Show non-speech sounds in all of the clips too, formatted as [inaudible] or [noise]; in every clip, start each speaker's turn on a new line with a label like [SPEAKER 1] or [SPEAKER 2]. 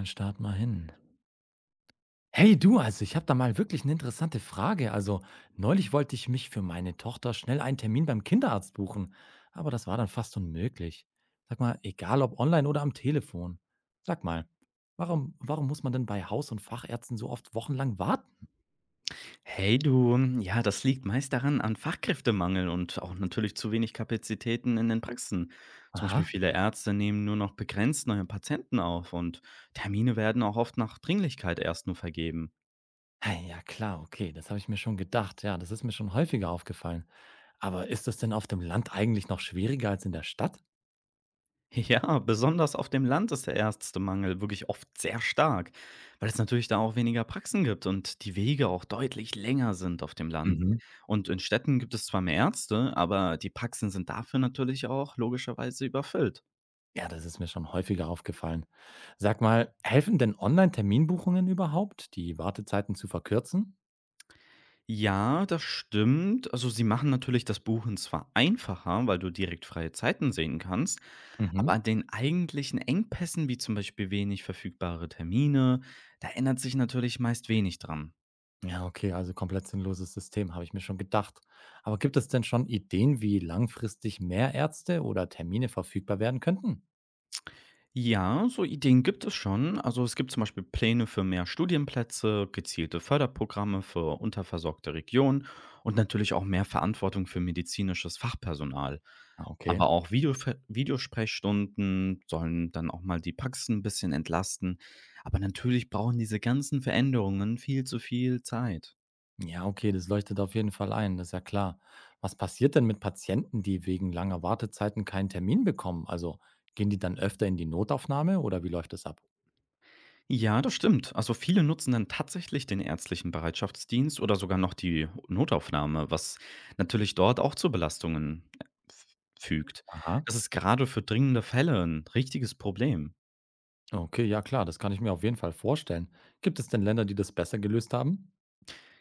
[SPEAKER 1] Dann start mal hin. Hey du, also ich habe da mal wirklich eine interessante Frage. Also, neulich wollte ich mich für meine Tochter schnell einen Termin beim Kinderarzt buchen, aber das war dann fast unmöglich. Sag mal, egal ob online oder am Telefon. Sag mal, warum muss man denn bei Haus- und Fachärzten so oft wochenlang warten?
[SPEAKER 2] Hey du, ja, das liegt meist daran an Fachkräftemangel und auch natürlich zu wenig Kapazitäten in den Praxen. Zum Beispiel
[SPEAKER 1] Aha.
[SPEAKER 2] viele Ärzte nehmen nur noch begrenzt neue Patienten auf und Termine werden auch oft nach Dringlichkeit erst nur vergeben. [laughs]
[SPEAKER 1] Hey ja klar, okay, das habe ich mir schon gedacht. Ja, das ist mir schon häufiger aufgefallen. Aber ist das denn auf dem Land eigentlich noch schwieriger als in der Stadt?
[SPEAKER 2] Ja, besonders auf dem Land ist der Ärztemangel wirklich oft sehr stark, weil es natürlich da auch weniger Praxen gibt und die Wege auch deutlich länger sind auf dem Land.
[SPEAKER 1] Mhm.
[SPEAKER 2] Und in Städten gibt es zwar mehr Ärzte, aber die Praxen sind dafür natürlich auch logischerweise überfüllt.
[SPEAKER 1] Ja, das ist mir schon häufiger aufgefallen. Sag mal, helfen denn Online-Terminbuchungen überhaupt, die Wartezeiten zu verkürzen?
[SPEAKER 2] Ja, das stimmt. Also, sie machen natürlich das Buchen zwar einfacher, weil du direkt freie Zeiten sehen kannst, aber
[SPEAKER 1] Mhm.
[SPEAKER 2] an den eigentlichen Engpässen, wie zum Beispiel wenig verfügbare Termine, da ändert sich natürlich meist wenig dran.
[SPEAKER 1] Ja, okay, also komplett sinnloses System, habe ich mir schon gedacht. Aber gibt es denn schon Ideen, wie langfristig mehr Ärzte oder Termine verfügbar werden könnten?
[SPEAKER 2] Ja, so Ideen gibt es schon. Also es gibt zum Beispiel Pläne für mehr Studienplätze, gezielte Förderprogramme für unterversorgte Regionen und natürlich auch mehr Verantwortung für medizinisches Fachpersonal.
[SPEAKER 1] Ah, okay.
[SPEAKER 2] Aber auch Videosprechstunden sollen dann auch mal die Praxen ein bisschen entlasten. Aber natürlich brauchen diese ganzen Veränderungen viel zu viel Zeit.
[SPEAKER 1] Ja, okay, das leuchtet auf jeden Fall ein, das ist ja klar. Was passiert denn mit Patienten, die wegen langer Wartezeiten keinen Termin bekommen? Also gehen die dann öfter in die Notaufnahme oder wie läuft das ab?
[SPEAKER 2] Ja, das stimmt. Also viele nutzen dann tatsächlich den ärztlichen Bereitschaftsdienst oder sogar noch die Notaufnahme, was natürlich dort auch zu Belastungen f- fügt.
[SPEAKER 1] Aha.
[SPEAKER 2] Das ist gerade für dringende Fälle ein richtiges Problem.
[SPEAKER 1] Okay, ja klar, das kann ich mir auf jeden Fall vorstellen. Gibt es denn Länder, die das besser gelöst haben?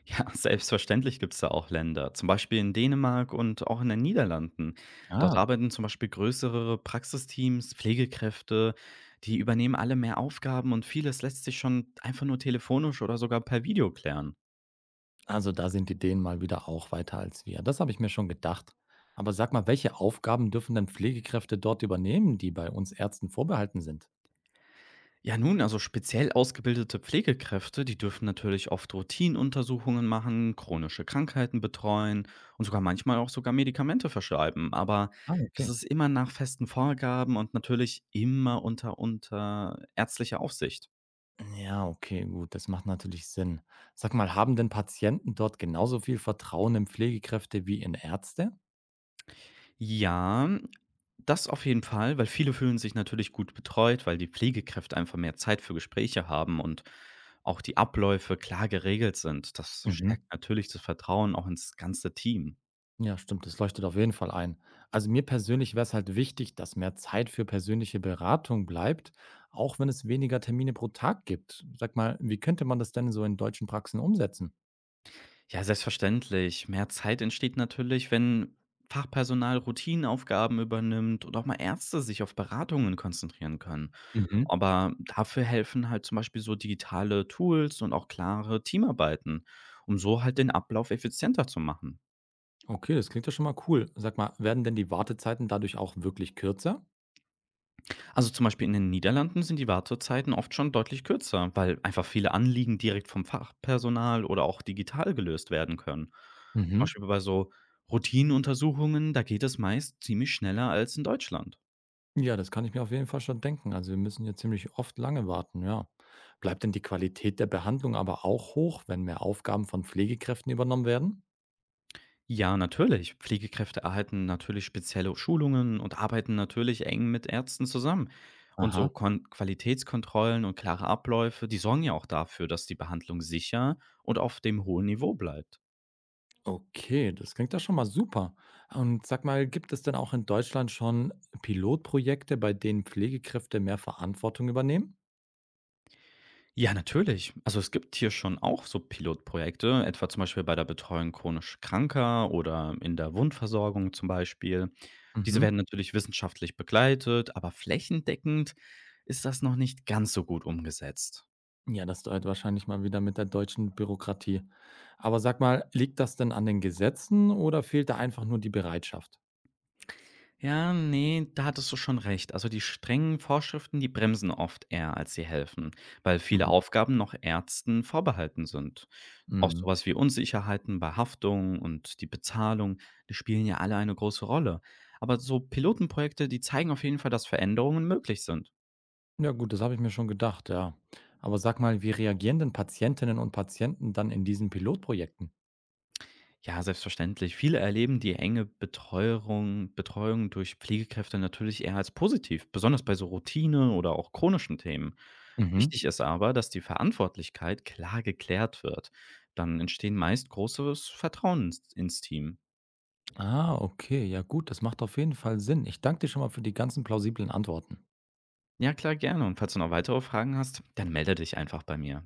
[SPEAKER 2] Ja, [laughs] selbstverständlich gibt es da auch Länder, zum Beispiel in Dänemark und auch in den Niederlanden. Dort
[SPEAKER 1] Ah,
[SPEAKER 2] arbeiten zum Beispiel größere Praxisteams, Pflegekräfte, die übernehmen alle mehr Aufgaben und vieles lässt sich schon einfach nur telefonisch oder sogar per Video klären.
[SPEAKER 1] also da sind die Dänen mal wieder auch weiter als wir. Das habe ich mir schon gedacht. Aber sag mal, welche Aufgaben dürfen denn Pflegekräfte dort übernehmen, die bei uns Ärzten vorbehalten sind?
[SPEAKER 2] Ja, nun, also speziell ausgebildete Pflegekräfte, die dürfen natürlich oft Routinenuntersuchungen machen, chronische Krankheiten betreuen und sogar manchmal auch sogar Medikamente verschreiben. Aber
[SPEAKER 1] Ah,
[SPEAKER 2] das
[SPEAKER 1] okay.
[SPEAKER 2] ist immer nach festen Vorgaben und natürlich immer unter ärztlicher Aufsicht.
[SPEAKER 1] Ja, okay, gut, das macht natürlich Sinn. Sag mal, haben denn Patienten dort genauso viel Vertrauen in Pflegekräfte wie in Ärzte?
[SPEAKER 2] Ja, das auf jeden Fall, weil viele fühlen sich natürlich gut betreut, weil die Pflegekräfte einfach mehr Zeit für Gespräche haben und auch die Abläufe klar geregelt sind. Das
[SPEAKER 1] Mhm.
[SPEAKER 2] stärkt natürlich das Vertrauen auch ins ganze Team.
[SPEAKER 1] Ja, stimmt, das leuchtet auf jeden Fall ein. Also mir persönlich wäre es halt wichtig, dass mehr Zeit für persönliche Beratung bleibt, auch wenn es weniger Termine pro Tag gibt. Sag mal, wie könnte man das denn so in deutschen Praxen umsetzen?
[SPEAKER 2] Ja, selbstverständlich. Mehr Zeit entsteht natürlich, wenn Fachpersonal Routinenaufgaben übernimmt und auch mal Ärzte sich auf Beratungen konzentrieren können.
[SPEAKER 1] Mhm.
[SPEAKER 2] Aber dafür helfen halt zum Beispiel so digitale Tools und auch klare Teamarbeiten, um so halt den Ablauf effizienter zu machen.
[SPEAKER 1] Okay, das klingt ja schon mal cool. Sag mal, werden denn die Wartezeiten dadurch auch wirklich kürzer?
[SPEAKER 2] Also zum Beispiel in den Niederlanden sind die Wartezeiten oft schon deutlich kürzer, weil einfach viele Anliegen direkt vom Fachpersonal oder auch digital gelöst werden können. Zum
[SPEAKER 1] Mhm.
[SPEAKER 2] Beispiel bei so Routineuntersuchungen, da geht es meist ziemlich schneller als in Deutschland.
[SPEAKER 1] Ja, das kann ich mir auf jeden Fall schon denken. Also wir müssen ja ziemlich oft lange warten, ja. Bleibt denn die Qualität der Behandlung aber auch hoch, wenn mehr Aufgaben von Pflegekräften übernommen werden?
[SPEAKER 2] Ja, natürlich. Pflegekräfte erhalten natürlich spezielle Schulungen und arbeiten natürlich eng mit Ärzten zusammen. Und so
[SPEAKER 1] Aha.
[SPEAKER 2] Kon Qualitätskontrollen und klare Abläufe, die sorgen ja auch dafür, dass die Behandlung sicher und auf dem hohen Niveau bleibt.
[SPEAKER 1] Okay, das klingt doch schon mal super. Und sag mal, gibt es denn auch in Deutschland schon Pilotprojekte, bei denen Pflegekräfte mehr Verantwortung übernehmen?
[SPEAKER 2] Ja, natürlich. Also es gibt hier schon auch so Pilotprojekte, etwa zum Beispiel bei der Betreuung chronisch Kranker oder in der Wundversorgung zum Beispiel. Diese
[SPEAKER 1] Mhm.
[SPEAKER 2] werden natürlich wissenschaftlich begleitet, aber flächendeckend ist das noch nicht ganz so gut umgesetzt.
[SPEAKER 1] Ja, das deutet wahrscheinlich mal wieder mit der deutschen Bürokratie. Aber sag mal, liegt das denn an den Gesetzen oder fehlt da einfach nur die Bereitschaft?
[SPEAKER 2] Ja, nee, da hattest du schon recht. Also, die strengen Vorschriften, die bremsen oft eher, als sie helfen, weil viele
[SPEAKER 1] Mhm.
[SPEAKER 2] Aufgaben noch Ärzten vorbehalten sind. Auch
[SPEAKER 1] Mhm.
[SPEAKER 2] sowas wie Unsicherheiten bei Haftung und die Bezahlung, die spielen ja alle eine große Rolle. Aber so Pilotenprojekte, die zeigen auf jeden Fall, dass Veränderungen möglich sind.
[SPEAKER 1] Ja, gut, das habe ich mir schon gedacht, ja. Aber sag mal, wie reagieren denn Patientinnen und Patienten dann in diesen Pilotprojekten?
[SPEAKER 2] Ja, selbstverständlich. Viele erleben die enge Betreuung durch Pflegekräfte natürlich eher als positiv, besonders bei so Routine oder auch chronischen Themen.
[SPEAKER 1] Mhm.
[SPEAKER 2] Wichtig ist aber, dass die Verantwortlichkeit klar geklärt wird. Dann entstehen meist großes Vertrauen ins Team.
[SPEAKER 1] Ah, okay. Ja gut, das macht auf jeden Fall Sinn. Ich danke dir schon mal für die ganzen plausiblen Antworten.
[SPEAKER 2] Ja, klar, gerne. Und falls du noch weitere Fragen hast, dann melde dich einfach bei mir.